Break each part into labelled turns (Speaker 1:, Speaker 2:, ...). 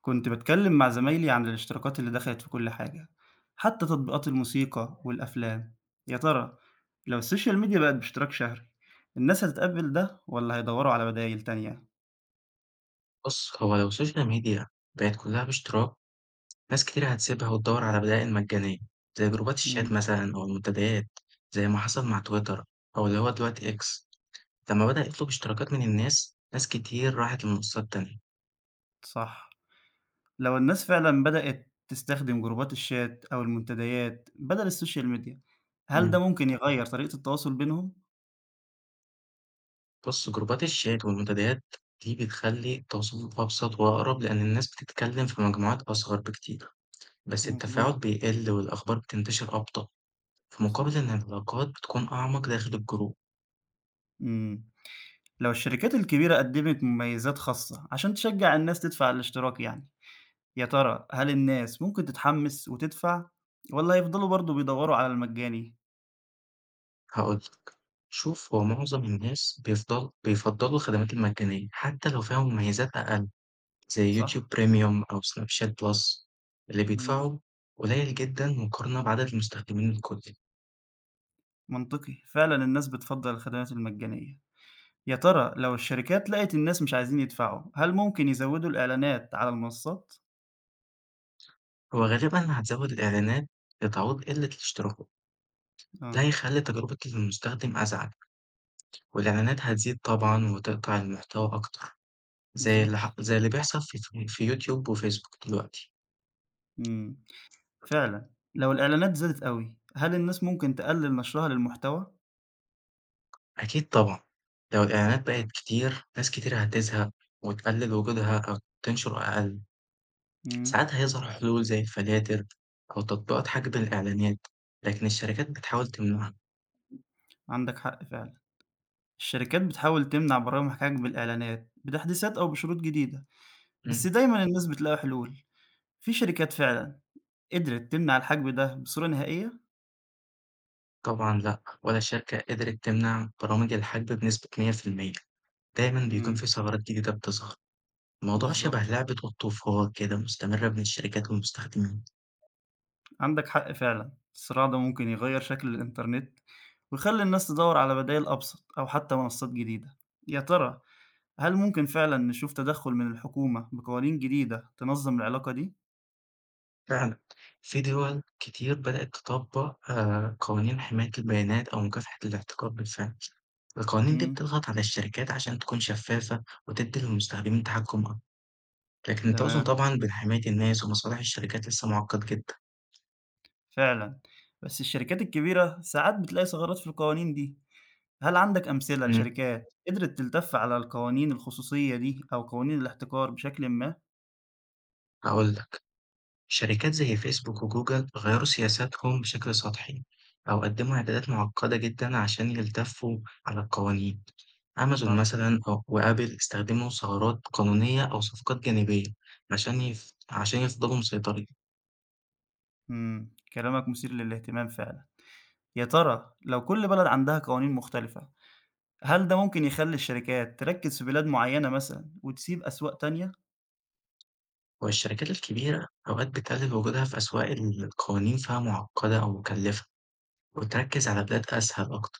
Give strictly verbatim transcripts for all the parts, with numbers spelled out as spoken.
Speaker 1: كنت باتكلم مع زمايلي عن الاشتراكات اللي دخلت في كل حاجة حتى تطبيقات الموسيقى والأفلام. يا ترى لو السوشيال ميديا بقت باشتراك شهري الناس هتتقبل ده ولا هيدوروا على بدائل تانية؟
Speaker 2: بُص، هو لو السوشيال ميديا بقت كلّها باشتراك، ناس كتير هتسيبها وتدوّر على بدائل مجانية، زي جروبات الشات
Speaker 1: مم.
Speaker 2: مثلًا أو المنتديات، زي ما حصل مع تويتر أو اللي هو دلوقتي إكس، لمّا بدأ يطلب اشتراكات من الناس، ناس كتير راحت لمنصات تانية.
Speaker 1: صح. لو الناس فعلا بدأت تستخدم جروبات الشات أو المنتديات بدل السوشيال ميديا هل ده
Speaker 2: إمم.
Speaker 1: ممكن يغير طريقة التواصل بينهم؟
Speaker 2: بُص، جروبات الشات والمنتديات دي بتخلّي التواصل أبسط وأقرب، لإن الناس بتتكلم في مجموعات أصغر بكتير، بس
Speaker 1: مظبوط.
Speaker 2: التفاعل بيقل والأخبار بتنتشر أبطأ، في مقابل
Speaker 1: صح.
Speaker 2: إن العلاقات بتكون أعمق داخل الجروب.
Speaker 1: مم. لو الشركات الكبيرة قدمت مميزات خاصة عشان تشجع الناس تدفع الاشتراك يعني يا ترى هل الناس ممكن تتحمس وتدفع والّا هيفضلوا برضه بيدوّروا على المجاني؟
Speaker 2: هاقول لك، شوف هو معظم الناس بيفضل بيفضّلوا الخدمات المجانية حتى لو فيها مميزات أقل، زي YouTube
Speaker 1: صح؟
Speaker 2: Premium أو Snapchat Plus، اللي
Speaker 1: إمم.
Speaker 2: بيدفعوا قليل جدًا مقارنة بعدد المستخدمين الكلي،
Speaker 1: منطقي، فعلًا الناس بتفضّل الخدمات المجانية. يا ترى لو الشركات لقت الناس مش عايزين يدفعوا، هل ممكن يزوّدوا الإعلانات على المنصات؟
Speaker 2: هو غالبًا هتزوّد الإعلانات لتعويض قلة الاشتراكات، ده
Speaker 1: آه.
Speaker 2: هيخلّي تجربة المستخدم أزعج، والإعلانات هتزيد طبعًا وتقطع المحتوى أكتر، زي اللي ح
Speaker 1: بالضبط.
Speaker 2: زي اللي بيحصل في ف في YouTube وFacebook دلوقتي.
Speaker 1: إمم، فعلًا، لو الإعلانات زادت أوي، هل الناس ممكن تقلّل نشرها للمحتوى؟
Speaker 2: أكيد طبعًا، لو الإعلانات بقت كتير ناس كتير هتزهق وتقلل وجودها أو تنشر أقل،
Speaker 1: إمم.
Speaker 2: ساعات هيظهر حلول زي الفلاتر أو تطبيقات حجب الإعلانات، لكن الشركات بتحاول تمنعها.
Speaker 1: عندك حق فعلًا. الشركات بتحاول تمنع برامج حجب الإعلانات بتحديثات أو بشروط جديدة، بس
Speaker 2: إمم،
Speaker 1: دايمًا الناس بتلاقي حلول. في شركات فعلًا قدرت تمنع الحجْم ده بصورة نهائية.
Speaker 2: طبعًا لأ، ولا شركة قدرت تمنع برامج الحجب بنسبة مية في المية، دايمًا بيكون
Speaker 1: إمم.
Speaker 2: في ثغرات جديدة بتظهر. الموضوع شبه
Speaker 1: بالضبط،
Speaker 2: لعبة الطوفان كده مستمرة بين الشركات والمستخدمين.
Speaker 1: عندك حق فعلًا، الصراع ده ممكن يغيّر شكل الإنترنت ويخلّي الناس تدوّر على بدايل أبسط أو حتى منصات جديدة. يا ترى هل ممكن فعلًا نشوف تدخُّل من الحكومة بقوانين جديدة تنظّم العلاقة دي؟
Speaker 2: فعلًا في دول كتير بدأت تطبق آآ قوانين حماية البيانات أو مكافحة الاحتكار بالفعل. القوانين دي
Speaker 1: إمم.
Speaker 2: بتضغط على الشركات عشان تكون شفافة وتدي للمستخدمين تحكم أكتر، لكن التوازن
Speaker 1: تمام،
Speaker 2: طبعا بين حماية الناس ومصالح الشركات لسه معقد جدا.
Speaker 1: فعلًا، بس الشركات الكبيرة ساعات بتلاقي ثغرات في القوانين دي. هل عندك أمثلة
Speaker 2: امم
Speaker 1: لشركات قدرت تلتَف على القوانين الخصوصية دي أو قوانين الاحتكار بشكلٍ ما؟
Speaker 2: هقول لك شركات زي فيسبوك وجوجل غيروا سياساتهم بشكل سطحي أو قدموا إعدادات معقدة جدا عشان يلتفوا على القوانين. أمازون
Speaker 1: صح.
Speaker 2: مثلا أو وآبل استخدموا ثغرات قانونية أو صفقات جانبية عشان يف... عشان يفضلوا مسيطرين.
Speaker 1: إمم، كلامك مثير للاهتمام فعلًا. يا ترى لو كل بلد عندها قوانين مختلفة، هل ده ممكن يخلّي الشركات تركّز في بلاد معيّنة مثلًا وتسيب أسواق تانية؟
Speaker 2: والشركات الكبيرة أوقات بتقلل وجودها في أسواق القوانين فيها معقدة أو مكلفة وتركز على بلاد أسهل أكتر،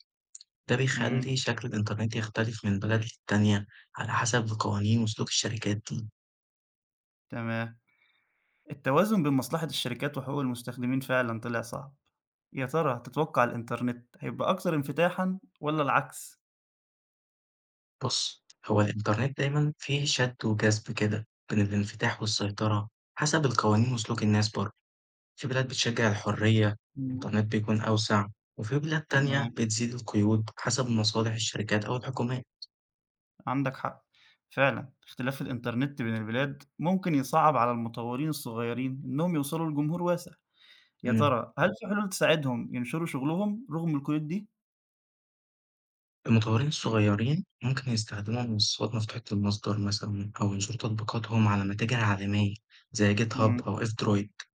Speaker 2: ده
Speaker 1: إمم.
Speaker 2: بيخلّي شكل الإنترنت يختلف من بلد للتانية على حسب القوانين وسلوك الشركات دي.
Speaker 1: تمام. التوازن بين مصلحة الشركات وحقوق المستخدمين فعلًا طلع صعب. يا ترى تتوقع الإنترنت هيبقى أكتر انفتاحًا والّا العكس؟
Speaker 2: بُص، هو الإنترنت دايمًا فيه شد وجذب كده بين الانفتاح والسيطرة حسب القوانين وسلوك الناس برضه، في بلاد بتشجّع الحرية،
Speaker 1: إمم.
Speaker 2: الإنترنت بيكون أوسع، وفي بلاد تانية
Speaker 1: تمام،
Speaker 2: بتزيد القيود حسب مصالح الشركات أو الحكومات.
Speaker 1: عندك حق. فعلًا اختلاف الإنترنت بين البلاد ممكن يصعّب على المطورين الصغيرين إنّهم يوصلوا لجمهور واسع. يا
Speaker 2: إمم.
Speaker 1: ترى هل في حلول تساعدهم ينشروا شغلهم رغم القيود دي؟
Speaker 2: المطورين الصغيرين ممكن يستخدموا منصات مفتوحة المصدر مثلًا أو ينشروا تطبيقاتهم على متاجر عالمية زي
Speaker 1: إمم،
Speaker 2: GitHub أو F-Droid،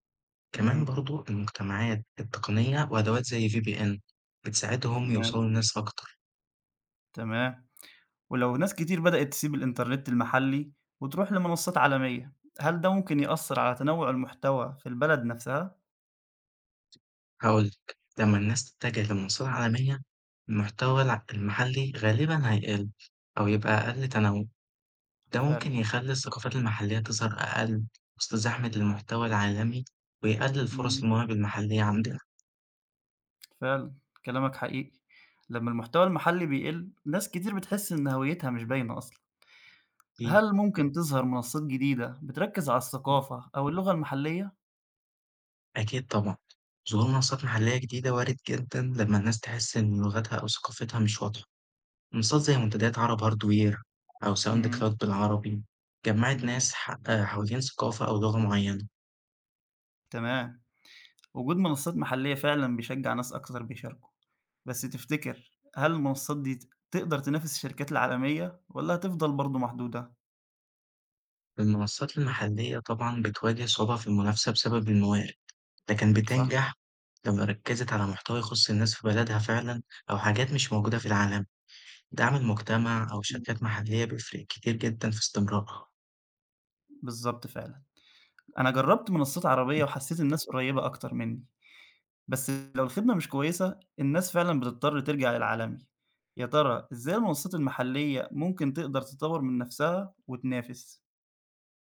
Speaker 2: كمان
Speaker 1: إمم،
Speaker 2: برضه المجتمعات التقنية وأدوات زي في بي إن بتساعدهم
Speaker 1: تمام،
Speaker 2: يوصلوا للناس أكتر،
Speaker 1: تمام. ولو ناس كتير بدأت تسيب الإنترنت المحلي وتروح لمنصات عالمية، هل ده ممكن يأثر على تنوع المحتوى في البلد نفسها؟
Speaker 2: هاقول لك لما الناس تتجه لمنصات عالمية المحتوى الع المحلي غالبًا هيقل أو يبقى أقل تنوع، ده ممكن
Speaker 1: فعلًا.
Speaker 2: يخلي الثقافات المحلية تظهر أقل وسط زحمة المحتوى العالمي ويقلل فرص
Speaker 1: إمم،
Speaker 2: المواهب المحلية عندنا
Speaker 1: فعلًا كلامك حقيقي. لمّا المحتوى المحلي بيقل، ناس كتير بتحس إن هويتها مش باينة أصلًا.
Speaker 2: أكيد.
Speaker 1: هل ممكن تظهر منصات جديدة بتركز على الثقافة أو اللغة المحلية؟
Speaker 2: أكيد طبعًا، ظهور منصات محلية جديدة وارد جدًا لمّا الناس تحس إن لغتها أو ثقافتها مش واضحة، منصات زي منتديات عرب هاردوير أو
Speaker 1: إمم،
Speaker 2: SoundCloud بالعربي جمعت
Speaker 1: إمم،
Speaker 2: ناس ح آآ حوالين ثقافة أو لغة معينة،
Speaker 1: تمام. وجود منصات محلية فعلًا بيشجّع ناس أكتر بيشاركوا، بس تفتكر هل المنصات دي ت تقدر تنافس الشركات العالمية والّا هتفضل برضه محدودة؟
Speaker 2: المنصات المحلية طبعًا بتواجه صعوبة في المنافسة بسبب الموارد، لكن
Speaker 1: صح.
Speaker 2: بتنجح لما ركزت على محتوى يخص الناس في بلدها فعلًا أو حاجات مش موجودة في العالم، دعم المجتمع أو
Speaker 1: إمم،
Speaker 2: شركات محلية بيفرق كتير جدًا في استمرارها.
Speaker 1: بالضبط فعلًا. أنا جرّبت منصات عربية وحسّيت الناس قريّبة أكتر منّي، بس لو الخدمة مش كويسة الناس فعلًا بتضطر ترجع للعالمي. يا ترى إزاي المنصات المحلية ممكن تقدر تطوّر من نَفْسها وتنافس؟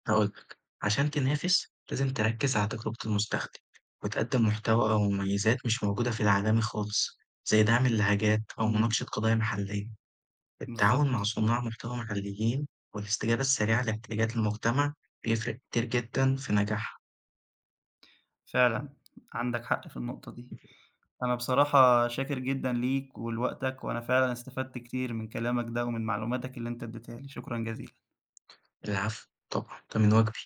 Speaker 2: هاقول لك، عشان تنافس لازم تركّز على تجربة المستخدم، وتقدّم محتوى أو مميزات مش موجودة في العالمي خالص، زي دعم اللهجات أو
Speaker 1: إمم،
Speaker 2: مناقشة قضايا محلية. التعاون مع
Speaker 1: بالضبط،
Speaker 2: صناع محتوى محليين والاستجابة السريعة لاحتياجات المجتمع بيفرق كتير جدًا في نجاحها.
Speaker 1: فعلًا عندك حق في النقطة دي. أنا بصراحة شاكر جدًا ليك ولوقتك، وأنا فعلًا استفدت كتير من كلامك ده ومن معلوماتك اللي أنت اديتها لي، شكرًا جزيلًا.
Speaker 2: العفو، طبعًا، ده من واجبي.